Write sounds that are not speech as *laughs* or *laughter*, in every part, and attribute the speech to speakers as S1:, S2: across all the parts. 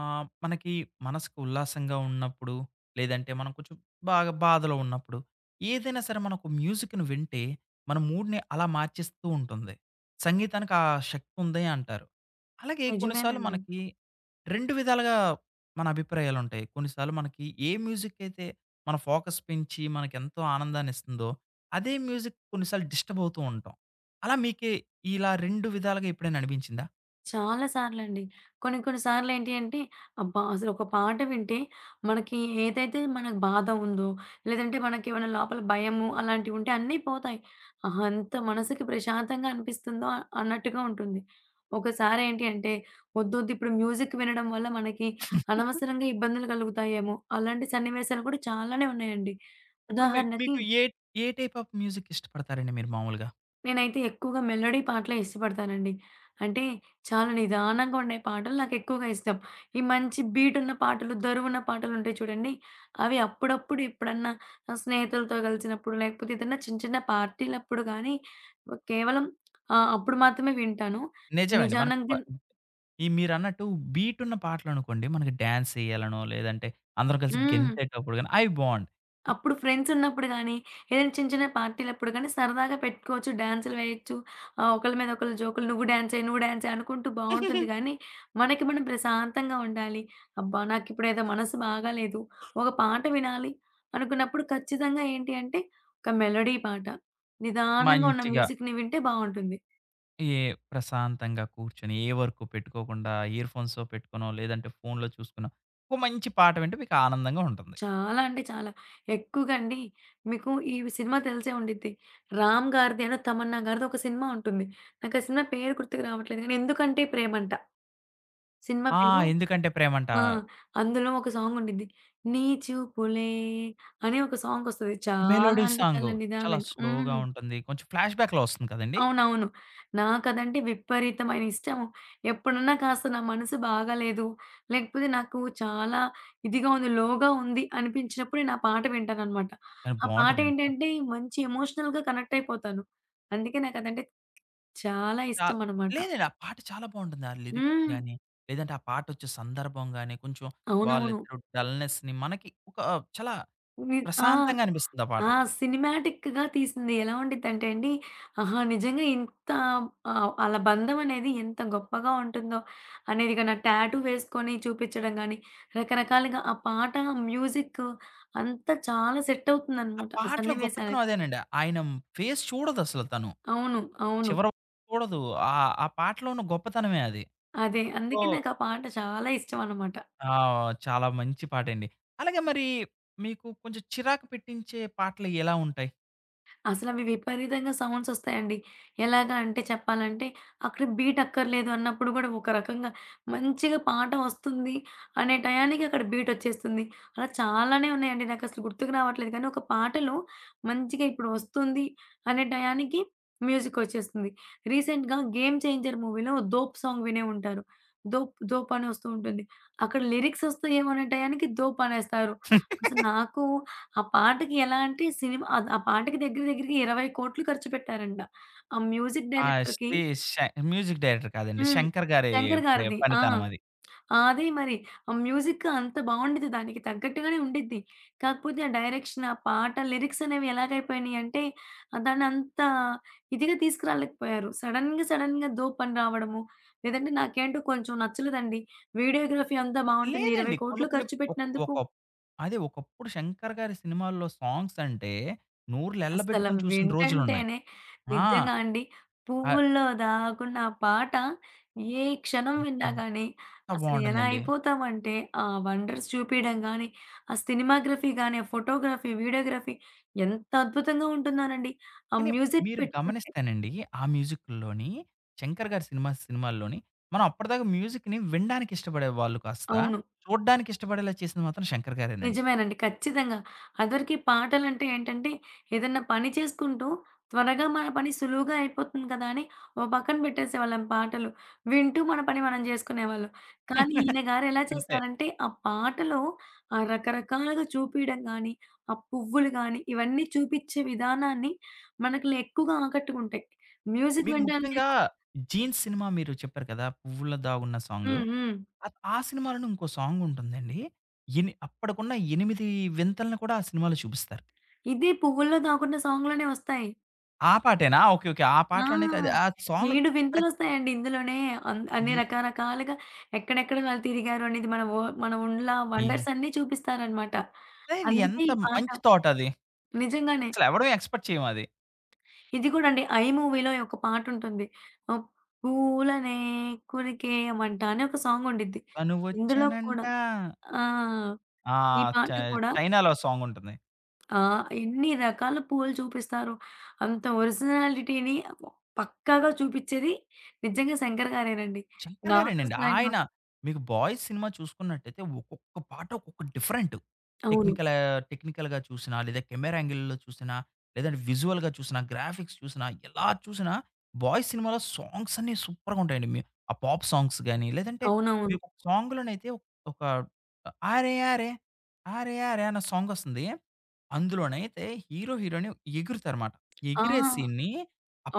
S1: మనకి మనసుకు ఉల్లాసంగా ఉన్నప్పుడు, లేదంటే మనం కొంచెం బాగా బాధలో ఉన్నప్పుడు, ఏదైనా సరే మనకు మ్యూజిక్‌ని వింటే, మన మూడ్‌ని అలా మార్చేస్తూ ఉంటుంది. సంగీతానికి ఆ శక్తి ఉంది అంటారు. అలాగే కొన్నిసార్లు
S2: నిజమేనండి.
S1: మనకి 2 విధాలుగా మన అభిప్రాయాలుంటాయి. కొన్నిసార్లు మనకి ఏ మ్యూజిక్ అయితే మన ఫోకస్ పెంచి మనకెంతో ఆనందాన్నిస్తుందో, అదే మ్యూజిక్ కొన్నిసార్లు డిస్టర్బ్ అవుతూ ఉంటాం. అలా మీకే ఇలా 2 విధాలుగా ఎప్పుడైనా అనిపించిందా?
S2: చాలా సార్లండి. కొన్ని కొన్ని సార్లేంటి అంటే, అబ్బా! అసలొక పాట వింటే మనకి ఏదైతే మనకు బాధ ఉందో, లేదంటే మనకేమైనా లోపల భయము అలాంటివుంటే అన్నీ పోతాయి. ఆహా! ఎంత మనసుకి ప్రశాంతంగా అనిపిస్తుందో అన్నట్టుగా ఉంటుంది. ఒకసారేంటి అంటే, వద్దొద్దు ఇప్పుడు మ్యూజిక్ వినడం వల్ల మనకి అనవసరంగా ఇబ్బందులు కలుగుతాయేమో! అలాంటి సన్నివేశాలు కూడా చాలానే ఉన్నాయండి.
S1: ఇప్పుడు
S2: ఉదాహరణకి
S1: మీకు ఏ ఏ టైప్ ఆఫ్ మ్యూజిక్ ఇష్టపడతారండి మీరు మామూలుగా?
S2: నేనైతే ఎక్కువగా మెలోడీ పాటలే ఇష్టపడతానండి. అంటే, చాలా నిదానంగా ఉండే పాటలు నాకెక్కువగా ఇష్టం. ఈ మంచి బీటున్న పాటలు, దరువున్న పాటలుంటాయి చూడండి, అవి అప్పుడప్పుడు ఎప్పుడన్నా స్నేహితులతో కలిసినప్పుడు, లేకపోతే ఏదన్నా చిన్న చిన్న పార్టీలప్పుడు గానీ, కేవలం అప్పుడు మాత్రమే వింటాను.
S1: నిజమండి. మనకు ప
S2: నిజానంగిన్
S1: ఈ మీరన్నట్టు బీటున్న పాటలనుకోండి, మనకి డాన్స్ చేయాలనో, లేదంటే అందరం కలిసి
S2: హ్మ్.
S1: గెంతేటప్పుడు గాని అవి బావుంటాయి.
S2: అప్పుడు ఫ్రెండ్సున్నప్పుడు గానీ, ఏదైనా చిన్న చిన్న పార్టీలప్పుడు గానీ, సరదాగా పెట్టుకోవచ్చు. డాన్సులు వేయొచ్చు. ఒకళ్ళ మీద ఒకళ్ళు జోకులు నువ్వు డాన్స్ చెయి, నువ్వు డాన్స్ చెయి అనుకుంటూ బావుంటుంది గానీ, మనకి మనం ప్రశాంతంగా ఉండాలి. అబ్బా! నాకిప్పుడేదో మనసు బాగాలేదు. ఒక పాట వినాలి అనుకున్నప్పుడు ఖచ్చితంగా ఏంటి అంటే, ఒక మెలోడీ పాట. నిదానంగా ఉన్న
S1: మంచిగా
S2: మ్యూజిక్‌ని వింటే బావుంటుంది.
S1: ఏ ప్రశాంతంగా కూర్చొని, ఏ వర్క్ పెట్టుకోకుండా ఇయర్ ఫోన్సో పెట్టుకునో, లేదంటే ఫోన్‌లో చూసుకునో, ఒక మంచి పాట వింటే మీకు ఆనందంగా ఉంటుంది.
S2: చాలా అంటే చాలా. ఎక్కువగా అండి మీకు ఈ సినిమా తెలిసే ఉండిద్ది. 'రామ్' గారిది అను, తమన్నా గారిది ఒక సినిమా ఉంటుంది. నాకు ఆ సినిమా పేరు గుర్తుకు రావట్లేదు గానీ 'ఎందుకంటే ప్రేమంట' సినిమా
S1: ఆ!
S2: పేరు.
S1: 'ఎందుకంటే ప్రేమంట'
S2: ఆ! అందులో ఒక సాంగ్ ఉండిద్ది. 'నీ చూపులే' అని ఒక సాంగ్ వస్తది. చాలా
S1: మెలోడీ
S2: అంటే
S1: సాంగు
S2: చాలా
S1: చాలా
S2: నిదానంగా
S1: స్లోగా
S2: హ్మ్.
S1: ఉంటుంది. కొంచెం ఫ్లాష్‌బ్యాక్‌లో వస్తుంది కదండీ!
S2: అవునవును. నాకదంటే విపరీతమైన ఇష్టం. ఎప్పుడన్నా కాస్త నా మనసు బాగాలేదు, లేకపోతే నాకు చాలా ఇదిగా ఉంది, లోగా ఉంది అనిపించినప్పుడు నేను ఆ పాట వింటాననమాట.
S1: కానీ
S2: ఆ పాట
S1: బావుంటుందండి పాట.
S2: ఏంటంటే మంచి ఎమోషనల్‌గా కనెక్ట్ అయిపోతాను. అందుకే నాకదంటే చాలా
S1: చా
S2: ఇష్టమనమాట.
S1: లేదండి. ఆ పాట చాలా బావుంటుంది. ఆ లిరిక్స్
S2: హ్మ్.
S1: గాని, లేదంటే ఆ పాటొచ్చే సందర్భం గాని, కొంచెం
S2: అవునవును.
S1: వాళ్ళిద్దరు డల్‌నెస్‌ని మనకి ఒక చాలా
S2: వి ఆ!
S1: ప్రశాంతంగా అనిపిస్తుంది ఆ పాట.
S2: ఆ! సినిమాటిక్‌గా తీసింది. ఎలా ఉండిద్దంటే అండి, ఆహా! నిజంగా ఇంత ఆళ్ళ బంధం అనేది ఎంత గొప్పగా ఉంటుందో అనేది గాని, ఆ టాటూ వేసుకొని చూపించడం గాని, రకరకాలుగా ఆ పాట, మ్యూజిక్ అంతా చాలా సెట్
S1: ఆ
S2: అవుతుందనమాట. ఆ
S1: పాటలో గొప్పతనం
S2: సన్నివేశాలకి.
S1: అదేనండి. ఆయన ఫేస్ చూడదసలు తను.
S2: అవును. అవును.
S1: చివరి వరకు చూడదు. ఆ ఆ పాటలో ఉన్న గొప్పతనమే అది.
S2: అదే.
S1: సో
S2: అందుకే నాకు ఆ పాట చాలా ఇష్టం అనమాట.
S1: ఆ! చాలా మంచి పాటండి. అలాగే మరి మీకు కొంచెం చిరాకు పెట్టించే పాటలు ఎలా ఉంటాయి?
S2: అసలవి విపరీతంగా సౌండ్సొస్తాయండి. ఎలాగా అంటే చెప్పాలంటే, అక్కడ బీట్ అక్కర్లేదు అన్నప్పుడు గూడా ఒక రకంగా మంచిగా పాట వస్తుంది అనే టయానికి అక్కడ బీటొచ్చేస్తుంది. అలా చాలానే ఉన్నాయండి. నాకసలు గుర్తుకు రావట్లేదు కానీ, ఒక పాటలో మంచిగా ఇప్పుడు వస్తుంది అనే టయానికి మ్యూజికొచ్చేస్తుంది. రీసెంట్‌గా 'గేమ్ చేంజర్' మూవీలో 'దోప్' సాంగ్ వినే ఉంటారు. 'దోప్ దోప్' అని వస్తూ ఉంటుంది. అక్కడ లిరిక్సొస్తాయేమో అనే టయానికి 'దోప్' అనేస్తారు. అసలు నాకు ఆ పాటకి ఎలా అంటే సినిమా ఆ పాటకి దగ్గర దగ్గరగా 20,00,00,000 ఖర్చు పెట్టారంట. ఆ మ్యూజిక్
S1: ఆ!
S2: డైరెక్టర్‌కి
S1: శ్రీ శ మ్యూజిక్ డైరెక్టర్ కాదండి.
S2: హ్మ్.
S1: శంకర్ గారి
S2: శంకర్ గారిది. ఆ!
S1: పనితనం అది.
S2: ఆ! అదే మరి. ఆ మ్యూజిక్ అంత బావుండిద్ది. దానికి తగ్గట్టుగానే ఉండిద్ది. కాకపోతే ఆ డైరెక్షన్, ఆ పాట, లిరిక్స్ అనేవి ఎలాగైపోయినాయి అంటే దాన్నంత ఇదిగా తీసుకురాలేకపోయారు. సడెన్‌గా దోపని రావడము, లేదంటే నాకేంటో కొంచెం నచ్చలేదండి. వీడియోగ్రఫీ అంతా బావుంటుంది.
S1: లేదండి. కొన్ని
S2: 20,00,00,000
S1: కొన్ని
S2: ఖర్చు
S1: ఒక
S2: పెట్టినందుకు
S1: ఒక అదే ఒకప్పుడు 'శంకర్' గారి సినిమాల్లో సాంగ్స్ అంటే నోర్లు
S2: అసల
S1: ఎళ్ళబెట్టుకొని చూసిన రోజులున్నాయి.
S2: వింటంటేనే
S1: ఆ!
S2: నిజంగా అండి.
S1: ఆహ్,
S2: 'పువ్వుల్లో దాగున్న ఆ పాట' ఏ క్షణం
S1: ఎంత
S2: విన్నా
S1: ఎంత
S2: గానీ అసలు ఎలా
S1: బావుంటుందండి.
S2: అయిపోతామంటే, ఆ వండర్స్ చూపియడం గానీ, ఆ సినిమాగ్రఫీ గానీ, ఆ ఫోటోగ్రఫీ, వీడియోగ్రఫీ ఎంత అద్భుతంగా ఉంటున్నానండి. ఆ
S1: కానీ
S2: మ్యూజిక్
S1: మీరు
S2: పెట్టుకుంటే
S1: గమనిస్తేనండి ఆ మ్యూజిక్కుల్లోని 'శంకర్' గారి సినిమాల్లోని మనం అప్పటిదాకా మ్యూజిక్‌ని వినడానికి ఇష్టపడేవాళ్ళు కాస్త
S2: అవును.
S1: చూడ్డానికి ఇష్టపడేలా చేసింది మాత్రం 'శంకర్' గారేనండి.
S2: నిజమేనండి. ఖచ్చితంగా. అదివరకి పాటలంటే ఏంటంటే, ఏదన్నా పని చేసుకుంటూ త్వరగా మన పని సులువుగా అయిపోతుంది కదా అని ఓ పక్కన పెట్టేసేవాళ్ళం పాటలు. వింటూ మన పని మనం జేసుకునేవాళ్ళం. కానీ
S1: *laughs*
S2: ఈయన గారు ఎలా
S1: అంతే.
S2: చేస్తారంటే, ఆ పాటలో ఆ రకరకాలుగా చూపియడం గానీ, ఆ పువ్వులు గానీ, ఇవన్నీ చూపిచ్చే విధానాన్ని మనకులే ఎక్కువగా ఆకట్టుకుంటాయి. మ్యూజిక్
S1: మీకు
S2: వినడానికే
S1: ముఖ్యంగా
S2: కాదు
S1: 'జీన్స్' సినిమా మీరు చెప్పారు కదా! 'పువ్వుల్లో దాగున్న' సాంగు.
S2: హ్మ్. హ్మ్.
S1: ఆ సినిమాలోనే ఇంకో సాంగుంటుందండి. అప్పటికున్న 8 వింతలను కూడా ఆ సినిమాలో చూపిస్తారు.
S2: ఇదే పువ్వుల్లో దాగున్న సాంగ్‌లోనే వస్తాయి.
S1: ఆ పాటేనా? ఓకే. ఓకే. ఆ
S2: ఆ!
S1: పాటలోనైతే అది ఆ సాంగ్‌లో
S2: 7
S1: ప్రత్
S2: వింతలొస్తాయండి ఇందులోనే. అన్ని
S1: ఈ
S2: రకరకాలుగా ఎక్కడెక్కడ వాళ్ళు తిరిగారు అనేది మన ఊర్ల
S1: ఈ
S2: వండర్స్ అన్నీ చూపిస్తారనమాట.
S1: ఇది
S2: అందుకే
S1: ఎంత
S2: ఈ పాట
S1: మంచి థాట్ అది.
S2: నిజంగానే.
S1: అసలెవడం ఎక్స్‌పెక్ట్ చేయమది.
S2: ఇది కూడా అండి 'ఐ' మూవీలో ఒక పాటుంటుంది. ఆహ్, 'పూలనే కురికేయమంట' అని ఒక సాంగుండిద్ది.
S1: తను
S2: ఇందులో
S1: వచ్చెనంట
S2: కూడా ఆ!
S1: ఆ!
S2: ఈ
S1: చ
S2: పాట కూడా
S1: చైనాలో సాంగుంటుంది.
S2: ఆ! ఎన్ని రకాల పూలు చూపిస్తారు. అంత ఒరిజినాలిటీని పక్కాగా చూపిచ్చేది నిజంగా శంకర్ గారేనండి.
S1: శంకర్ గారేనండి.
S2: నాకసలు ఆయన
S1: ఆయన మీకు 'బాయ్స్' సినిమా చూసుకున్నట్టయితే ఒక్కొక్క పాట ఒక్కొక్క డిఫరెంట్.
S2: అవును.
S1: టెక్నికల్‌గా చూసినా, లేదా కెమెరా యాంగిల్‌లో చూసినా, లేదంటే విజువల్‌గా చూసినా, గ్రాఫిక్స్ చూసినా, ఎలా చూసినా 'బాయ్స్' సినిమాలో సాంగ్స్ అన్నీ సూపర్‌గా ఉంటాయండి. ఆ పాప్ సాంగ్స్ గాని, లేదంటే
S2: అవునవును.
S1: మీకు ఒక సాంగ్‌లోనైతే ఒక 'ఆరె ఆరె ఆరె ఆరె' అన్న సాంగొస్తుంది. అందులోనైతే హీరో, హీరోయిన్ ఎగురుతారుమాట.
S2: ఆ!
S1: ఎగిరే సీన్‌ని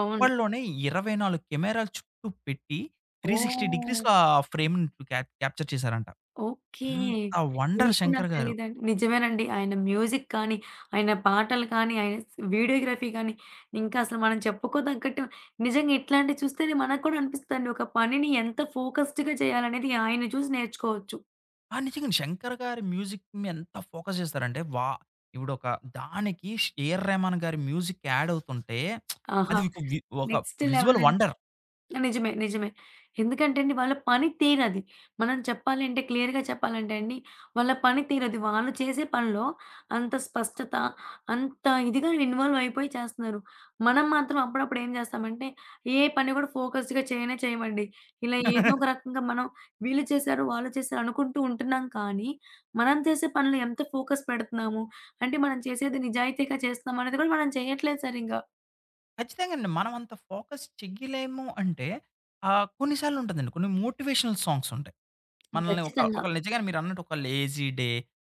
S2: అవును.
S1: 24 కెమెరాలు చుట్టూ పెట్టి 360
S2: ఓహ్!
S1: డిగ్రీస్‌లో ఆ ఫ్రేమ్‌ని క్యాప్చర్ చేశారంట.
S2: ఓకే.
S1: అంత
S2: ఈ
S1: వండర్
S2: విషయం నాకు
S1: శంకర్ గారు.
S2: తెలీదండి. నిజమేనండి. ఆయన మ్యూజిక్ కానీ, ఆయన పాటలు కానీ, ఆయన స్ వీడియోగ్రఫీ కానీ, ఇంకా అసలు మనం చెప్పుకోదగ్గట్టు నిజంగా ఇట్లాంటివి చూస్తేనే మనకు కూడా అనిపిస్తదండి. ఒక పనిని ఎంత ఫోకస్డ్‌గా చేయాలనేది ఆయన్ని చూసి నేర్చుకోవచ్చు.
S1: ఆ! నిజంగానే శంకర్ గారి మ్యూజిక్‌ని ఎంత ఫోకస్ చేస్తారంటే, వా ఇప్పుడొక దానికి ష్ ఏఆర్ రెహమాన్ గారి మ్యూజిక్ యాడ్ అవుతుంటే,
S2: ఆహా!
S1: అది మీకు వి ఒక
S2: నెక్స్ట్ లెవెల్
S1: విజువల్
S2: అండి.
S1: వండర్.
S2: నిజమే. నిజమే. ఎందుకంటే అండి వాళ్ళ పని తీరది. మనం చెప్పాలి అంటే క్లియర్‌గా చెప్పాలంటే అండి వాళ్ళ పని తీరది. వాళ్ళు చేసే పనిలో అంత స్పష్టత, అంత ఇదిగా ఇన్వాల్వ్ అయిపోయి చేస్తున్నారు. మనం మాత్రం అప్పుడప్పుడు ఏం చేస్తామంటే ఏ పని కూడా ఫోకస్డ్‌గా చేయనే చేయమండి. ఇలా హ్మ్. ఏదో ఒక రకంగా మనం వీళ్ళు చేశారు, వాళ్ళు చేశారు అనుకుంటూ ఉంటున్నాం కానీ, మనం చేసే పనులు ఎంత ఫోకస్ పెడుతున్నాము? అంటే మనం చేసేది నిజాయితీగా చేస్తున్నామా అనేది కూడా మనం చేయట్లేదు సరింగా.
S1: ఖచ్చితంగానండి. మనం అంత ఫోకస్ చెయ్యలేము అంటే కొన్ని సార్లు ఉంటదండి. కొన్ని మోటివేషనల్ సాంగ్స్ ఉంటాయి. మనల్ని ఒక
S2: ఖచ్చితంగా.
S1: ఒక నిజంగానే మీరన్నట్టు ఒక లేజీ డే,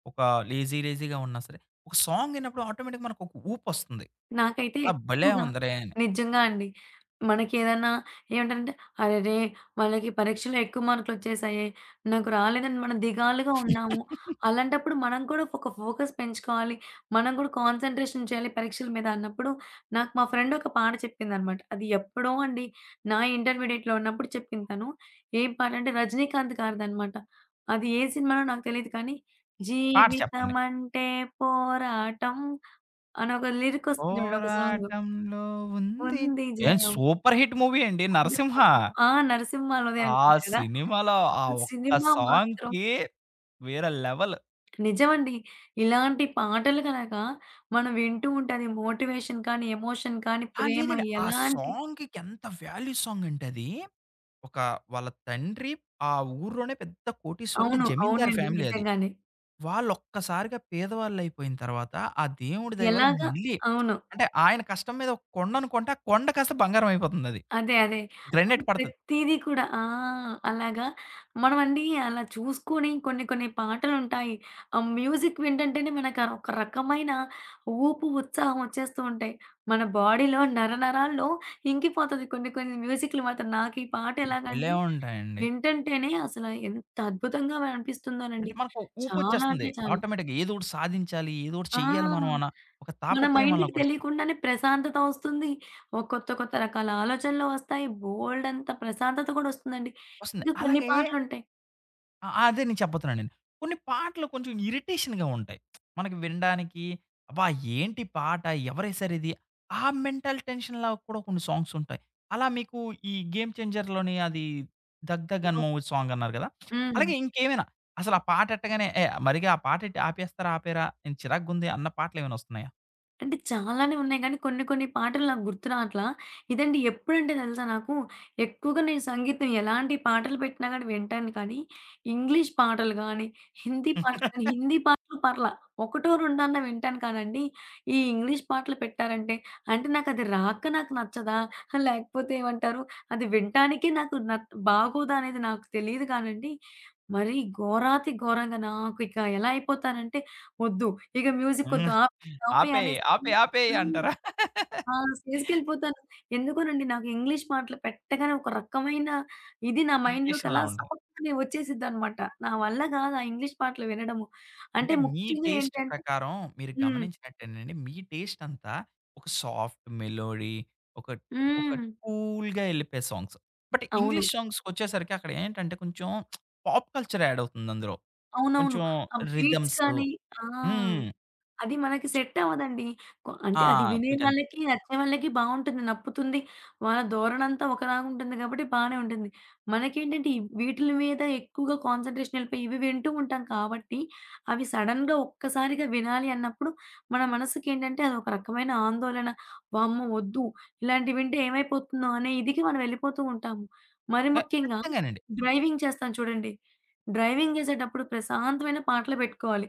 S1: ఒక లేజీ లేజీగా ఉన్నా సరే, ఒక సాంగ్ విన్నప్పుడు ఆటోమేటిక్‌గా మనకొక ఊపొస్తుంది.
S2: నాకైతే
S1: ఆ! భలే
S2: ఎక్కువగా
S1: ఉందిరే! అని.
S2: నిజంగా అండి. మనకేదన్నా ఏమిటంటే, "అరెరే! వాళ్ళకి పరీక్షలో ఎక్కువ మార్కులొచ్చేసాయే, నాకు రాలేదని" మనం దిగాలుగా ఉన్నాము. అలాంటప్పుడు మనం కూడా ఒక ఫోకస్ పెంచుకోవాలి. మనం కూడా కాన్సంట్రేషన్ చేయాలి పరీక్షల మీద అన్నప్పుడు, నాకు మా ఫ్రెండ్ ఒక పాట చెప్పిందనమాట. అది ఎప్పుడో అండి. నా ఇంటర్మీడియేట్‌లో ఉన్నప్పుడు చెప్పింది తను. ఏం పాట అంటే, రజనీకాంత్ గారిదనమాట. అది ఏ సినిమానో నాకు తెలీదు కానీ,
S1: పాట చెప్పండి.
S2: "జీవితమంటే పోరాటం" అనొక లిరికొస్తుంది చూడండి ఒక సాంగు.
S1: పోరాటంలో ఉంది.
S2: ఉంది
S1: ఏం
S2: జయం
S1: సూపర్ హిట్ మూవీ అండి 'నరసింహ'.
S2: అందమాము ఆ! 'నరసింహలోదే'
S1: ఆ
S2: అనుకుంటా కదా!
S1: సినిమాలో ఆ
S2: అసలు
S1: ఒక్క
S2: సినిమా మాత్రం
S1: సాంగ్‌కి వేరే లెవెల్.
S2: నిజమండి. ఇలాంటి పాటలు గనక మనం వింటూ ఉంటే అది మోటివేషన్ కానీ, ఎమోషన్ కానీ,
S1: ఆ!
S2: ప్రేమ
S1: లేదండి. ఆ
S2: ఎలాంటి
S1: సాంగ్‌కి ఎంత వాల్యూ సాంగ్ అంటే అది, ఒక వాళ్ళ తండ్రి ఆ ఊర్లోనే పెద్ద కోటీశ్వరుడు
S2: అవును.
S1: జమీందారు
S2: అవునండి.
S1: ఫ్యామిలీ అది.
S2: నిజంగానే.
S1: వాళ్ళు ఒక్కసారిగా పేదవాళ్ళైపోయిన తర్వాత, ఆ దేవుడి దయ వల్ల
S2: ఎలాగా
S1: మళ్ళీ
S2: అవును.
S1: అంటే ఆయన కష్టం మీద ఒక కొండను కొంటే, ఆ కొండ కాస్త బంగారం అయిపోతుందది.
S2: అదే. అదే. అవును.
S1: గ్రానైట్ పడతది.
S2: ప్రతీది కూడా. ఆ! అలాగా మనమండి అలా చూసుకొని కొన్ని కొన్ని పాటలుంటాయి. ఆ మ్యూజిక్ వింటంటేనే మనకు ఒక రకమైన ఊపు, ఉత్సాహం వచ్చేస్తూ ఉంటాయి. మన బాడీలో నరనరాల్లో ఇంకిపోతది కొన్ని కొన్ని మ్యూజిక్‌లు మాత్రం. నాకు ఈ పాట
S1: భలే
S2: ఎలాగంటే
S1: ఉంటాయండి.
S2: వింటంటేనే అసల ఎంత అద్భుతంగా అనిపిస్తుందోనండి.
S1: అంటే మనకు
S2: చాలా
S1: ఊపొచ్చేస్తుంది.
S2: అంటే చాలా.
S1: ఆటోమేటిక్‌గా ఏదో ఒకటి సాధించాలి, ఏదో ఒకటి
S2: ఆ!
S1: చెయ్యాలి మనం అన్న ఒక
S2: మన
S1: తాపత్రయం
S2: మైండ్‌కి
S1: మనలోకి వస్తుంది.
S2: తెలియకుండానే ప్రశాంతత వస్తుంది. ఓ కొత్త, కొత్త రకాల ఆలోచనలు వస్తాయి. బోలెడంత ప్రశాంతత కూడా వస్తుందండి.
S1: వస్తుంది.
S2: ఇంకా కొన్ని
S1: అలాగే
S2: పాటలుంటాయి.
S1: ఆ! అదే నేను చెప్పబోతున్నానండి. కొన్ని పాటలు కొంచెం ఇరిటేషన్‌గా ఉంటాయి. మనకి వినడానికి అబ్బా! ఏంటి పాట? ఎవరేశారిది? ఆ మెంటల్ టెన్షన్‌లా కూడా కొన్ని సాంగ్స్ ఉంటాయి. అలా మీకు ఈ 'గేమ్ చేంజర్'లోని అది 'దగ్ దగ్' అని మూవీ సాంగ్ అన్నారు కదా!
S2: హ్మ్.
S1: అలాగే ఇంకేమైనా అసలు ఆ పాట ఎట్టగానే ఏ మరిగా ఆ పాట ఎట్టి ఆపేస్తారా? ఆపేయరా? నేను చిరాకుగుంది అన్న పాటలేమైనా వస్తున్నాయా?
S2: అంటే చాలానే ఉన్నాయి గానీ, కొన్ని కొన్ని పాటలు నాకు గుర్తు రాట్లా. ఇదండి ఎప్పుడంటే తెలుసా నాకు, ఎక్కువగా నేను సంగీతం ఎలాంటి పాటలు పెట్టినా గానీ వింటాను కానీ, ఇంగ్లీష్ పాటలు గానీ, హిందీ పాటలు గానీ, హిందీ పాటలు పర్లా. ఒకటో రెండన్నా వింటాను కానండి, ఈ ఇంగ్లీష్ పాటలు పెట్టారంటే, అంటే నాకది రాక నాకు నచ్చదా? లేకపోతే ఏమంటారు, అది వినటానికే నాకు నత్ బాగోదా అనేది నాకు తెలీదు కానండి, మరీ ఘోరాతి ఘోరంగా నాకు ఇక ఎలా అయిపోతానంటే, "వద్దు, ఇక
S1: హ్మ్.
S2: మ్యూజికొద్దు. టాపే
S1: ఆపేయి.
S2: అనేసి
S1: ఆపేయి. ఆపేయి
S2: ఆ!
S1: అంటారా?
S2: ఆ! స్టేజ్‌కెళ్ళిపోతాను. ఎందుకోనండి నాకు ఇంగ్లీష్ మాటలు పెట్టగానే ఒక రకమైన ఇది నా మైండ్‌లోకి
S1: ఇరిటేషన్‌లా
S2: అలా
S1: ఉంటది.
S2: సపక్కనే వచ్చేసిద్దనమాట. నా వల్ల కాదు ఆ ఇంగ్లీష్ పాటలు వినడము. అంటే
S1: అంటే మీ
S2: ముఖ్యంగా
S1: టేస్ట్
S2: ఏంటంటే
S1: ప్రకారం మీరు
S2: హ్మ్.
S1: గమనించినట్టేనండి మీ టేస్ట్ అంతా ఒక సాఫ్ట్ మెలోడీ, ఒక ఒక
S2: హ్మ్.
S1: కూల్‌గా ఎళ్ళిపోయే సాంగ్స్. బట్
S2: అవును.
S1: ఇంగ్లీష్ సాంగ్స్‌కొచ్చేసరికి అక్కడ ఏంటంటే కొంచెం పాప్ కల్చర్ యాడ్ అవుతుంది అందులో.
S2: అవునవును.
S1: కొంచెం
S2: ఆ బీట్స్
S1: రిథమ్స్
S2: కానీ ఆ!
S1: హ్మ్.
S2: అది మనకి సెట్ అవ్వదండి.
S1: ఆ!
S2: అంటే అది వినే
S1: మీకంతే.
S2: వాళ్ళకి, నచ్చే వాళ్ళకి బావుంటుంది, నప్పుతుంది. వాళ్ళ ధోరణంతా ఒకలాగుంటుంది గాబట్టి బానే ఉంటుంది. మనకేంటంటే ఈ వీటిలి మీద ఎక్కువగా కాన్సంట్రేషన్ యెళ్ళిపోయి ఇవి వింటూ ఉంటాం కాబట్టి, అవి సడెన్‌గా ఒక్కసారిగా వినాలి అన్నప్పుడు మన మనసుకేంటంటే అదొక రకమైన ఆందోళన. వామ్మో! వద్దు ఇలాంటివి వింటే ఏమైపోతుందో అనే ఇదికి మనం వెళ్ళిపోతూ ఉంటాము. మరి
S1: ఖ
S2: ముఖ్యంగా
S1: ఖచ్చితంగానండి.
S2: డ్రైవింగ్ చేస్తాం చూడండి. డ్రైవింగ్ చేసేటప్పుడు ప్రశాంతమైన పాటలు పెట్టుకోవాలి.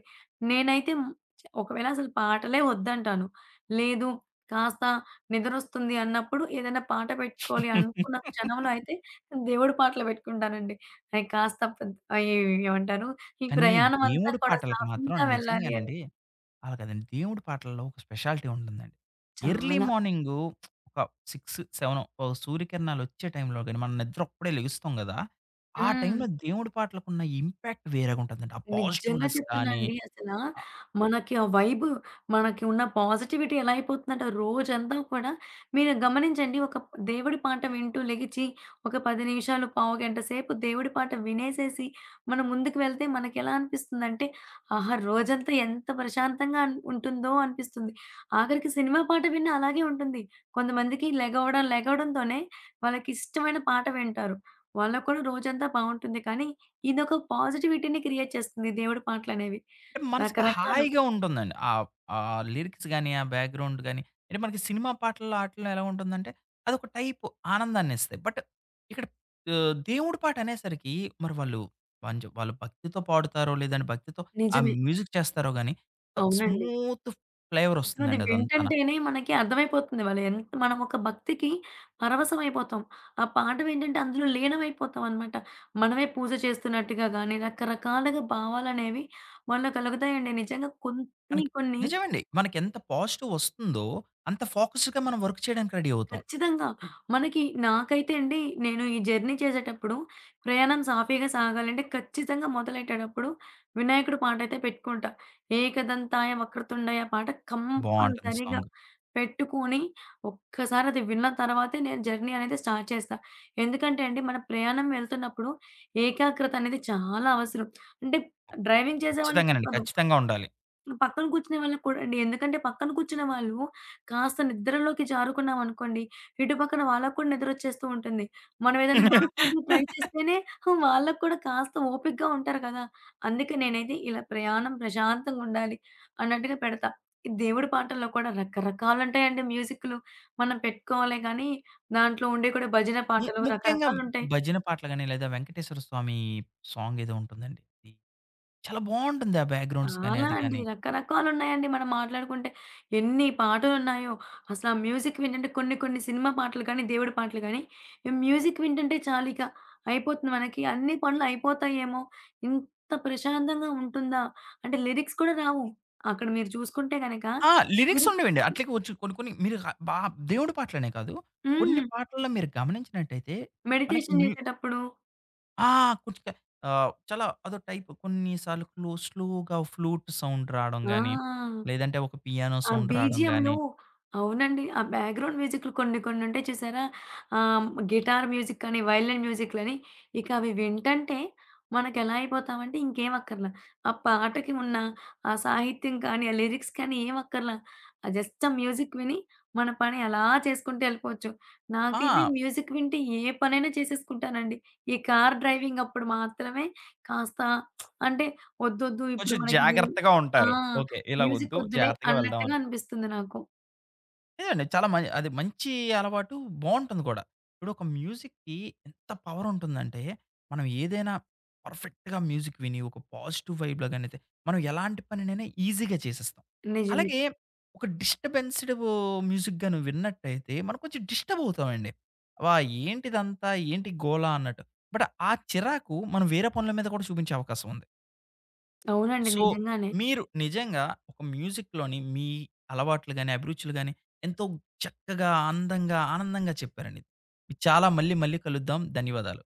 S2: నేనైతే ఒకవేళ అసలు పాటలే వద్దంటాను. లేదు కాస్త నిద్రొస్తుంది అన్నప్పుడు ఏదైనా పాట పెట్టుకోవాలి అనుకున్న క్షణంలో అయితే దేవుడి పాటలు పెట్టుకుంటానండి. అయి కాస్త పెద్ అయి ఏమంటారు? ఈ
S1: కానీ
S2: ప్రయాణం అంతా
S1: దేవుడి
S2: కూడా
S1: పాటలకు మాత్రం
S2: సాఫీగా వెళ్ళాలి అని.
S1: నిజంగానండి అలా కాదండి. దేవుడి పాటల్లో ఒక స్పెషాలిటీ ఉంటుందండి. ఎర్లీ
S2: చాలా.
S1: మార్నింగు ఒక 6, 7 ఓ సూర్యకిరణాలొచ్చే టైంలో గాని మనం నిద్రప్పుడే లెగుస్తాం గదా! ఆ
S2: హ్మ్.
S1: టైంలో దేవుడి పాటలకున్న ఇంపాక్ట్ వేరేగుంటదండి. ఆ
S2: నిజంగా
S1: పాజిటివ్‌నెస్ గాని
S2: చెప్తున్నానండి. అసలా మనకి ఆ వైబ్ మనకి ఉన్న పాజిటివిటీ ఎలా అయిపోతుందంటే రోజంతా కూడా మీరు గమనించండి ఒక దేవుడి పాట వింటూ లెగిచి ఒక 10 నిమిషాలు, పావుగంట సేపు దేవుడి పాట వినేసేసి మనం ముందుకు వెళ్తే మనకెలా అనిపిస్తుందంటే, ఆహా! రోజంతా ఎంత ప్రశాంతంగా ఉంటుందో అనిపిస్తుంది. ఆఖరికి సినిమా పాట విన్నా అలాగే ఉంటుంది. కొంతమందికి లెగవడం లెగవడంతోనే వాళ్ళకిష్టమైన పాట వింటారు. వాళ్ళకి కూడా రోజంతా బావుంటుంది. కానీ ఇదొక పాజిటివిటీని క్రియేట్ చేస్తుంది దేవుడి పాటలనేవి.
S1: అంటే మనసుకి
S2: రకరకాలు.
S1: హాయిగా ఉంటుందండి. ఆ లిరిక్స్ గాని, ఆ బ్యాక్‌గ్రౌండ్ గాని, అంటే మనకి సినిమా పాటల్లో ఆటిల్లో ఎలా ఉంటుందంటే, అదొక టైపు ఆనందాన్నిస్తాయి. బట్ ఇక్కడ దేవుడి పాట అనేసరికి మరి వాళ్ళు భక్తితో పాడుతారో, లేదంటే భక్తితో ఆ
S2: నిజమే.
S1: మ్యూజిక్ చేస్తారో గాని,
S2: అవునండి.
S1: స్మూత్ ఫ్లేవర్
S2: అసలది
S1: వస్తుందండి అదంతాన.
S2: వింటంటేనే మనకి అర్థమైపోతుంది. వాళ్ళు ఎంత మనం ఒక భక్తికి పరవశమైపోతాం. ఆ పాట ఏంటంటే అందులో లీనమైపోతామనమాట. మనమే పూజ చేస్తున్నట్టుగా గాని, రకరకాలుగా భావాలనేవి మనలో కలుగుతాయండి. నిజంగా కొన్ని
S1: మనకి
S2: కొన్ని
S1: నిజమండి. మనకెంత పాజిటివ్ వస్తుందో, అంత ఫోకస్డ్‌గా మనం వర్క్ చేయడానికి రెడీ అవుతాం.
S2: ఖచ్చితంగా. మనకి నాకైతే అండి, నేను ఈ జర్నీ చేసేటప్పుడు, ప్రయాణం సాఫీగా సాగాలంటే ఖచ్చితంగా మొదలెట్టేటప్పుడు వినాయకుడి పాటైతే పెట్టుకుంటా. 'ఏకదంతాయ వక్రతుండాయ' పాట
S1: బావుంటుంది
S2: కంపల్సరీగా
S1: సాంగ్.
S2: పెట్టుకొని, ఒక్కసారి అది విన్న తర్వాతే నేను జర్నీ అనేది స్టార్ట్ చేస్తా. ఎందుకంటే అండి, మన ప్రయాణం వెళ్తున్నప్పుడు ఏకాగ్రత అనేది చాలా అవసరం. అంటే డ్రైవింగ్ చేసేవాళ్ళకి
S1: ఖచ్చితంగానండి.
S2: కాదు.
S1: ఖచ్చితంగా ఉండాలి.
S2: పక్కన కూర్చునే వాళ్ళకి కూడా అండి. ఎందుకంటే పక్కన కూర్చునే వాళ్ళు కాస్త నిద్రలోకి జారుకున్నామనుకోండి, ఇటు పక్కన వాళ్ళకి కూడా నిద్రొచ్చేస్తూ ఉంటుంది. మనం ఏదైనా మాట్లాడుతూ ట్రై
S1: *laughs*
S2: చేస్తేనే వాళ్ళకి కూడా కాస్త ఓపికగా ఉంటారు కదా! అందుకే నేనైతే ఇలా ప్రయాణం ప్రశాంతంగా ఉండాలి అన్నట్టుగా పెడతా. ఈ దేవుడి పాటల్లో కూడా రకరకాలుంటాయండి మ్యూజిక్కులు. మనం పెట్టుకోవాలే గానీ, దాంట్లో ఉండే కూడా భజన పాటలు
S1: ముఖ్యంగా
S2: రకరకాలుంటాయి.
S1: భజన పాటలు గాని, లేదా వెంకటేశ్వర స్వామి సాంగ్ ఏదో ఉంటుందండి. అది చాలా బావుంటుంది ఆ బ్యాక్‌గ్రౌండ్స్ కానీ,
S2: చాలా
S1: అది
S2: అండి.
S1: కానీ.
S2: రకరకాలున్నాయండి మనం మాట్లాడుకుంటే. ఎన్ని పాటలున్నాయో. అసలు ఆ మ్యూజిక్ వింటుంటే కొన్ని కొన్ని సినిమా పాటలు గానీ, దేవుడి పాటలు గానీ, మ్యూజిక్ వింటుంటే చాలిక అయిపోతుంది మనకి. అన్ని పనులయిపోతాయేమో! ఇంత ప్రశాంతంగా ఉంటుందా? అంటే లిరిక్స్ కూడా రావు. అక్కడ మీరు చూసుకుంటే గనక
S1: ఆ! లిరిక్స్
S2: లిరిక్స్
S1: ఉండేవండి. అట్లకి వచ్చు కొన్ని కొన్ని మీరు ర బా దేవుడి పాటలనే కాదు. కొన్ని
S2: హ్మ్.
S1: పాటల్లో మీరు గమనించినట్టయితే మనకి
S2: మెడిటేషన్
S1: మ్యూ
S2: జేసేటప్పుడు
S1: ఆ! కొంచెం ఆహ్, చాలా అదో టైప్ కొన్ని సార్లు స్లోగా ఫ్లూట్ సౌండ్ రాడం
S2: ఆ!
S1: గాని, లేదంటే ఒక పియానో
S2: ఆ
S1: సౌండ్ రాడం
S2: బీజీఎంలో
S1: గాని
S2: అవునండి. ఆ బ్యాక్‌గ్రౌండ్ మ్యూజిక్‌లు కొన్ని కొన్ని ఉంటాయి చూసారా? గిటార్ మ్యూజిక్ అని, వైలిన్ మ్యూజిక్‌లని ఇక అవి వింటంటే మనకెలా అయిపోతామంటే ఇంకేం అక్కర్లా. ఆ పాటకి ఉన్న ఆ సాహిత్యం కానీ, ఆ లిరిక్స్ కానీ ఏం అక్కర్లా. ఆ జస్ట్ ఆ మ్యూజిక్ విని మన పని అలా చేసుకుంటూ ఎళ్ళిపోవచ్చు. నాకైతే
S1: ఆ!
S2: మ్యూజిక్ వింటే ఏ పనైనా చేసేసుకుంటానండి. ఈ కార్ డ్రైవింగ్ అప్పుడు మాత్రమే కాస్త అంటే ఒద్దొద్దు ఇప్పుడు
S1: కొంచెం
S2: మనకిది
S1: జాగ్రత్తగా
S2: *laughs* ఆ!
S1: ఉంటారు. ఓకే. ఇలాగొద్దు
S2: మ్యూజికొద్దులే
S1: జాగ్రత్తగా
S2: అన్నట్టుగా
S1: వెళ్దామని.
S2: అనిపిస్తుంది నాకు.
S1: లేదండి. చాలా మం అది మంచి అలవాటు. బావుంటుంది కూడా. ఇప్పుడు ఒక మ్యూజిక్‌కి ఎంత పవర్ ఉంటుందంటే, మనం ఏదైనా పర్ఫెక్ట్‌గా మ్యూజిక్ విని, ఒక పాజిటివ్ వైబ్‌లో గాని అయితే, మనం ఎలాంటి పనినైనా ఈజీగా చేసేస్తాం.
S2: నిజమే.
S1: అలాగే ఒక డిస్టర్బెన్స్‌డ్ మ్యూజిక్ గాని విన్నట్టయితే, మనం కొంచెం డిస్టర్బ్ అవుతామండి. "అబ్బా! ఏంటిదంతా? ఏంటి గోల?" అన్నట్టు. బట్ ఆ చిరాకు మనం వేరే పనుల మీద కూడా చూపించే అవకాశం ఉంది.
S2: అవునండి.
S1: సో,
S2: నిజంగానే.
S1: మీరు నిజంగా ఒక మ్యూజిక్‌లోని మీ అలవాట్లు గాని, అభిరుచులు గాని ఎంతో చక్కగా, అందంగా, ఆనందంగా చెప్పారండి. చాలా మళ్ళీ మళ్ళీ కలుద్దాం. ధన్యవాదాలు.